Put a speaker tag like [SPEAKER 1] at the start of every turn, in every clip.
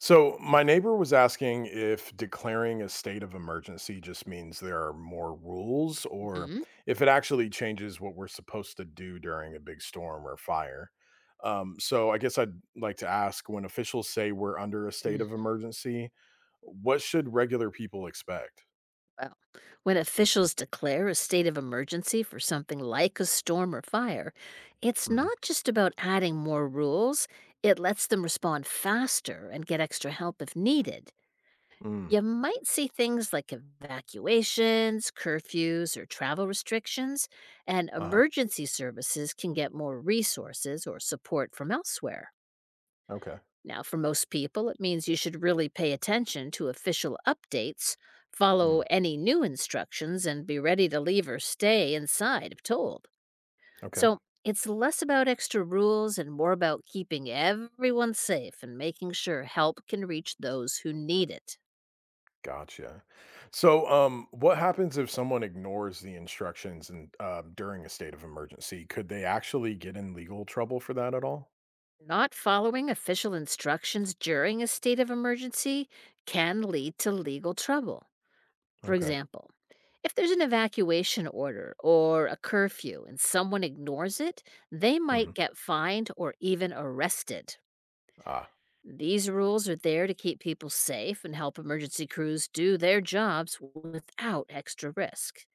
[SPEAKER 1] So, my neighbor was asking if declaring a state of emergency just means there are more rules or
[SPEAKER 2] Mhm.
[SPEAKER 1] if it actually changes what we're supposed to do during a big storm or fire. I guess I'd like to ask when officials say we're under a state
[SPEAKER 2] Mm,
[SPEAKER 1] of emergency, what should regular people expect?
[SPEAKER 2] well, when officials declare a state of emergency for something like a storm or fire, it's
[SPEAKER 1] Hmm.
[SPEAKER 2] not just about adding more rules, it lets them respond faster and get extra help if needed.
[SPEAKER 1] Mm,
[SPEAKER 2] You might see things like evacuations, curfews, or travel restrictions, and
[SPEAKER 1] uh huh.
[SPEAKER 2] emergency services can get more resources or support from elsewhere.
[SPEAKER 1] Okay.
[SPEAKER 2] Now, for most people, it means you should really pay attention to official updates, follow
[SPEAKER 1] Mm,
[SPEAKER 2] any new instructions, and be ready to leave or stay inside if told.
[SPEAKER 1] okay.
[SPEAKER 2] So, it's less about extra rules and more about keeping everyone safe and making sure help can reach those who need it.
[SPEAKER 1] Gotcha. So, what happens if someone ignores the instructions and during a state of emergency? Could they actually get in legal trouble for that at all?
[SPEAKER 2] Not following official instructions during a state of emergency can lead to legal trouble. For
[SPEAKER 1] Okay.
[SPEAKER 2] example, if there's an evacuation order or a curfew and someone ignores it, they
[SPEAKER 1] Hmm.
[SPEAKER 2] might get fined or even arrested.
[SPEAKER 1] Ah.
[SPEAKER 2] These rules are there to keep people safe and help emergency crews do their jobs without extra risk.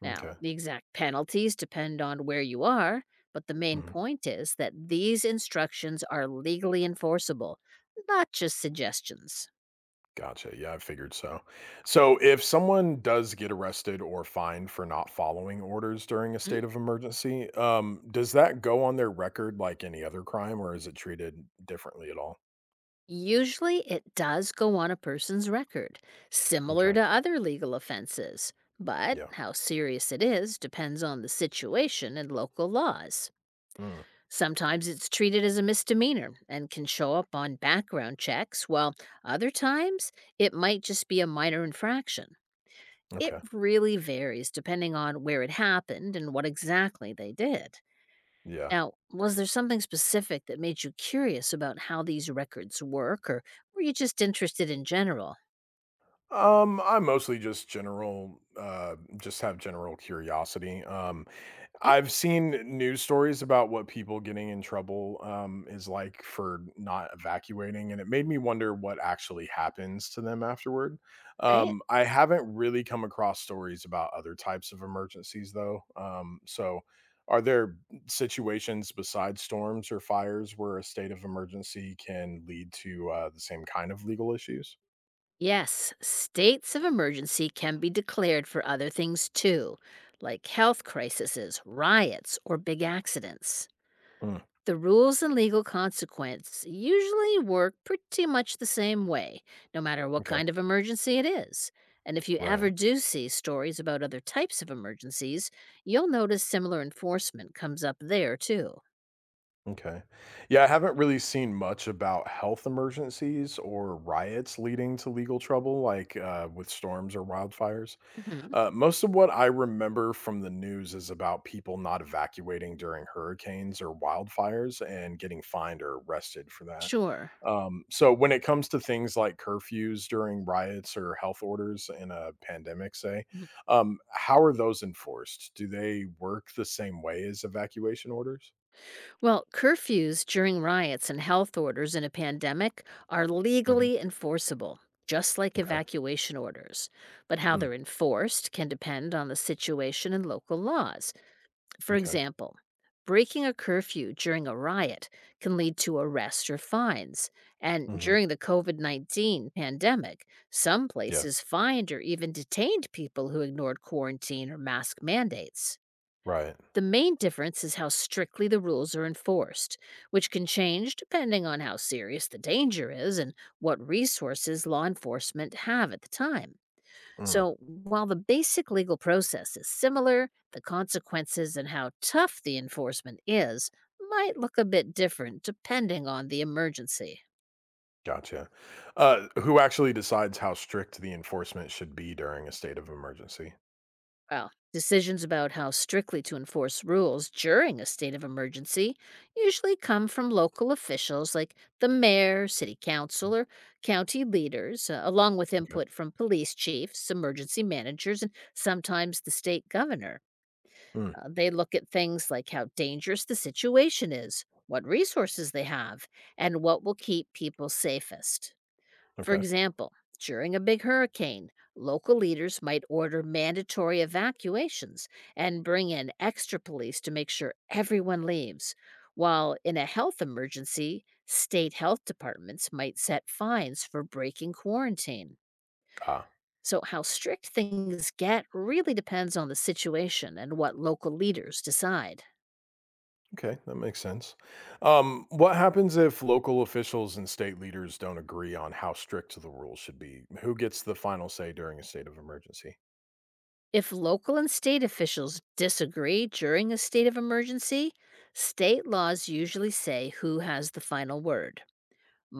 [SPEAKER 2] Now,
[SPEAKER 1] Okay.
[SPEAKER 2] the exact penalties depend on where you are, but the main
[SPEAKER 1] Hmm.
[SPEAKER 2] point is that these instructions are legally enforceable, not just suggestions.
[SPEAKER 1] Gotcha. Yeah, I figured so. So, if someone does get arrested or fined for not following orders during a state of emergency, does that go on their record like any other crime, or is it treated differently at all?
[SPEAKER 2] Usually, it does go on a person's record, similar
[SPEAKER 1] Okay.
[SPEAKER 2] to other legal offenses, but
[SPEAKER 1] Yeah.
[SPEAKER 2] how serious it is depends on the situation and local laws.
[SPEAKER 1] Mm.
[SPEAKER 2] Sometimes it's treated as a misdemeanor and can show up on background checks, while other times it might just be a minor infraction. It
[SPEAKER 1] Okay.
[SPEAKER 2] really varies depending on where it happened and what exactly they did.
[SPEAKER 1] Yeah.
[SPEAKER 2] Now, was there something specific that made you curious about how these records work, or were you just interested in general?
[SPEAKER 1] I mostly just general, just have general curiosity.
[SPEAKER 2] Okay,
[SPEAKER 1] I've seen news stories about what people getting in trouble, is like for not evacuating, and it made me wonder what actually happens to them afterward.
[SPEAKER 2] all right.
[SPEAKER 1] I haven't really come across stories about other types of emergencies though. So are there situations besides storms or fires where a state of emergency can lead to the same kind of legal issues?
[SPEAKER 2] Yes, states of emergency can be declared for other things too, like health crises, riots, or big accidents.
[SPEAKER 1] Mm,
[SPEAKER 2] The rules and legal consequence usually work pretty much the same way, no matter what
[SPEAKER 1] okay,
[SPEAKER 2] kind of emergency it is. And if you ever
[SPEAKER 1] right.
[SPEAKER 2] do see stories about other types of emergencies, you'll notice similar enforcement comes up there too.
[SPEAKER 1] Okay. Yeah, I haven't really seen much about health emergencies or riots leading to legal trouble, like with storms or wildfires.
[SPEAKER 2] Hmm.
[SPEAKER 1] Most of what I remember from the news is about people not evacuating during hurricanes or wildfires and getting fined or arrested for that.
[SPEAKER 2] Sure.
[SPEAKER 1] So, when it comes to things like curfews during riots or health orders in a pandemic, say,
[SPEAKER 2] Mhm.
[SPEAKER 1] how are those enforced? Do they work the same way as evacuation orders?
[SPEAKER 2] Well, curfews during riots and health orders in a pandemic are
[SPEAKER 1] Hmm.
[SPEAKER 2] legally enforceable, just like
[SPEAKER 1] Okay.
[SPEAKER 2] evacuation orders. But how
[SPEAKER 1] Mm,
[SPEAKER 2] they're enforced can depend on the situation and local laws. For
[SPEAKER 1] okay.
[SPEAKER 2] example, breaking a curfew during a riot can lead to arrests or fines. And
[SPEAKER 1] Mhm.
[SPEAKER 2] during the COVID -19 pandemic, some
[SPEAKER 1] Yeah,
[SPEAKER 2] places fined or even detained people who ignored quarantine or mask mandates.
[SPEAKER 1] right.
[SPEAKER 2] The main difference is how strictly the rules are enforced, which can change depending on how serious the danger is and what resources law enforcement have at the time.
[SPEAKER 1] Mm,
[SPEAKER 2] So, while the basic legal process is similar, the consequences and how tough the enforcement is might look a bit different depending on the emergency.
[SPEAKER 1] gotcha. Who actually decides how strict the enforcement should be during a state of emergency?
[SPEAKER 2] Well, decisions about how strictly to enforce rules during a state of emergency usually come from local officials like the mayor, city council,
[SPEAKER 1] Mm,
[SPEAKER 2] or county leaders, along with
[SPEAKER 1] okay.
[SPEAKER 2] input from police chiefs, emergency managers, and sometimes the state governor.
[SPEAKER 1] Mm,
[SPEAKER 2] They look at things like how dangerous the situation is, what resources they have, and what will keep people safest. For
[SPEAKER 1] okay.
[SPEAKER 2] example, during a big hurricane, local leaders might order mandatory evacuations and bring in extra police to make sure everyone leaves. While in a health emergency, state health departments might set fines for breaking quarantine.
[SPEAKER 1] Ah,
[SPEAKER 2] So, how strict things get really depends on the situation and what local leaders decide.
[SPEAKER 1] okay. That makes sense. What happens if local officials and state leaders don't agree on how strict the rules should be? Who gets the final say during a state of emergency?
[SPEAKER 2] If local and state officials disagree during a state of emergency, state laws usually say who has the final word.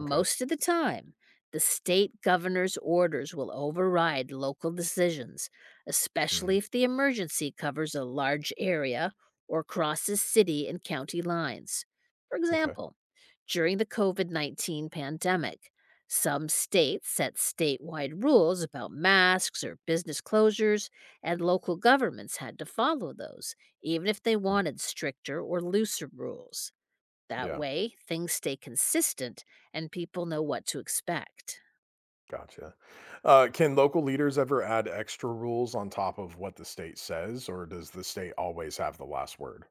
[SPEAKER 1] Okay.
[SPEAKER 2] of the time, the state governor's orders will override local decisions,
[SPEAKER 1] Hmm.
[SPEAKER 2] especially if the emergency covers a large area or crosses city and county lines. For
[SPEAKER 1] Okay.
[SPEAKER 2] example, during the COVID -19 pandemic, some states set statewide rules about masks or business closures, and local governments had to follow those, even if they
[SPEAKER 1] Mm,
[SPEAKER 2] wanted stricter or looser rules. That
[SPEAKER 1] yeah.
[SPEAKER 2] way, things stay consistent and people know what to expect.
[SPEAKER 1] Gotcha. Can local leaders ever add extra rules on top of what the state says, or does the state always have the last word?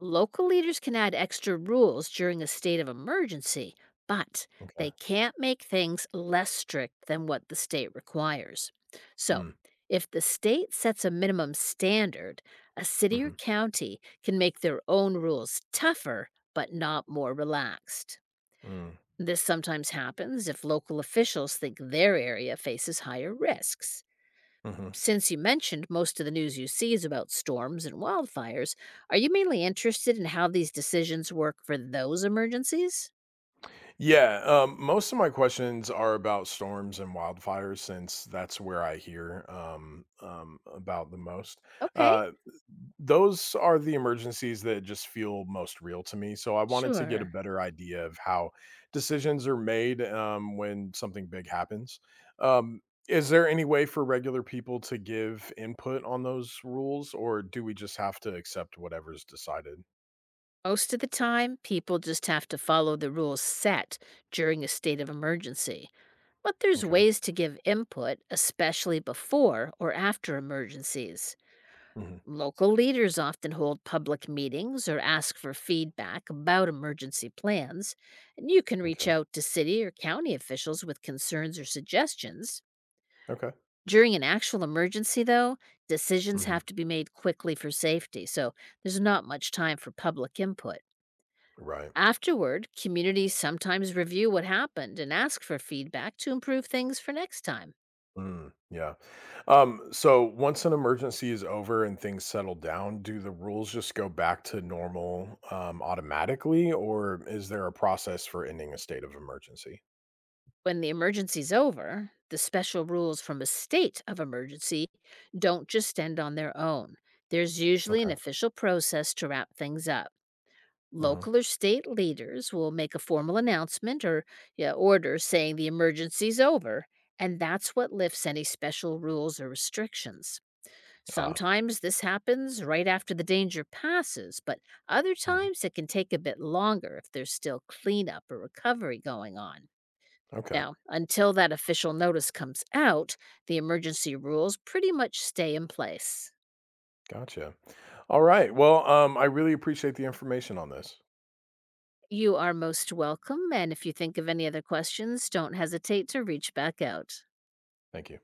[SPEAKER 2] Local leaders can add extra rules during a state of emergency, but
[SPEAKER 1] Okay.
[SPEAKER 2] they can't make things less strict than what the state requires. So,
[SPEAKER 1] Mm,
[SPEAKER 2] if the state sets a minimum standard, a city or
[SPEAKER 1] hmm,
[SPEAKER 2] county can make their own rules tougher but not more relaxed.
[SPEAKER 1] mm,
[SPEAKER 2] This sometimes happens if local officials think their area faces higher risks.
[SPEAKER 1] hmm.
[SPEAKER 2] Since you mentioned most of the news you see is about storms and wildfires, are you mainly interested in how these decisions work for those emergencies?
[SPEAKER 1] Yeah, most of my questions are about storms and wildfires since that's where I hear about the most.
[SPEAKER 2] Okay,
[SPEAKER 1] Uh, those are the emergencies that just feel most real to me. So I wanted to get a
[SPEAKER 2] sure.
[SPEAKER 1] better idea of how decisions are made when something big happens. Um, is there any way for regular people to give input on those rules, or do we just have to accept whatever's decided?
[SPEAKER 2] Most of the time, people just have to follow the rules set during a state of emergency. But there's
[SPEAKER 1] Okay.
[SPEAKER 2] ways to give input, especially before or after emergencies.
[SPEAKER 1] Hmm.
[SPEAKER 2] Local leaders often hold public meetings or ask for feedback about emergency plans, and you can reach
[SPEAKER 1] Okay.
[SPEAKER 2] out to city or county officials with concerns or suggestions.
[SPEAKER 1] Okay.
[SPEAKER 2] During an actual emergency, though, decisions
[SPEAKER 1] Hmm.
[SPEAKER 2] have to be made quickly for safety, so there's not much time for public input.
[SPEAKER 1] Right.
[SPEAKER 2] Afterward, communities sometimes review what happened and ask for feedback to improve things for next time.
[SPEAKER 1] Mm, yeah. So once an emergency is over and things settle down, do the rules just go back to normal automatically, or is there a process for ending a state of emergency?
[SPEAKER 2] When the emergency's over, the special rules from a state of emergency don't just end on their own. There's usually an
[SPEAKER 1] Okay.
[SPEAKER 2] official process to wrap things up.
[SPEAKER 1] Hmm.
[SPEAKER 2] Local or state leaders will make a formal announcement or, yeah, order saying the emergency's over, and that's what lifts any special rules or restrictions.
[SPEAKER 1] Ah.
[SPEAKER 2] Sometimes this happens right after the danger passes, but other
[SPEAKER 1] Mhm.
[SPEAKER 2] times it can take a bit longer if there's still cleanup or recovery going on.
[SPEAKER 1] Okay.
[SPEAKER 2] Now, until that official notice comes out, the emergency rules pretty much stay in place.
[SPEAKER 1] Gotcha. All right. Well, I really appreciate the information on this.
[SPEAKER 2] You are most welcome, and if you think of any other questions, don't hesitate to reach back out.
[SPEAKER 1] Thank you.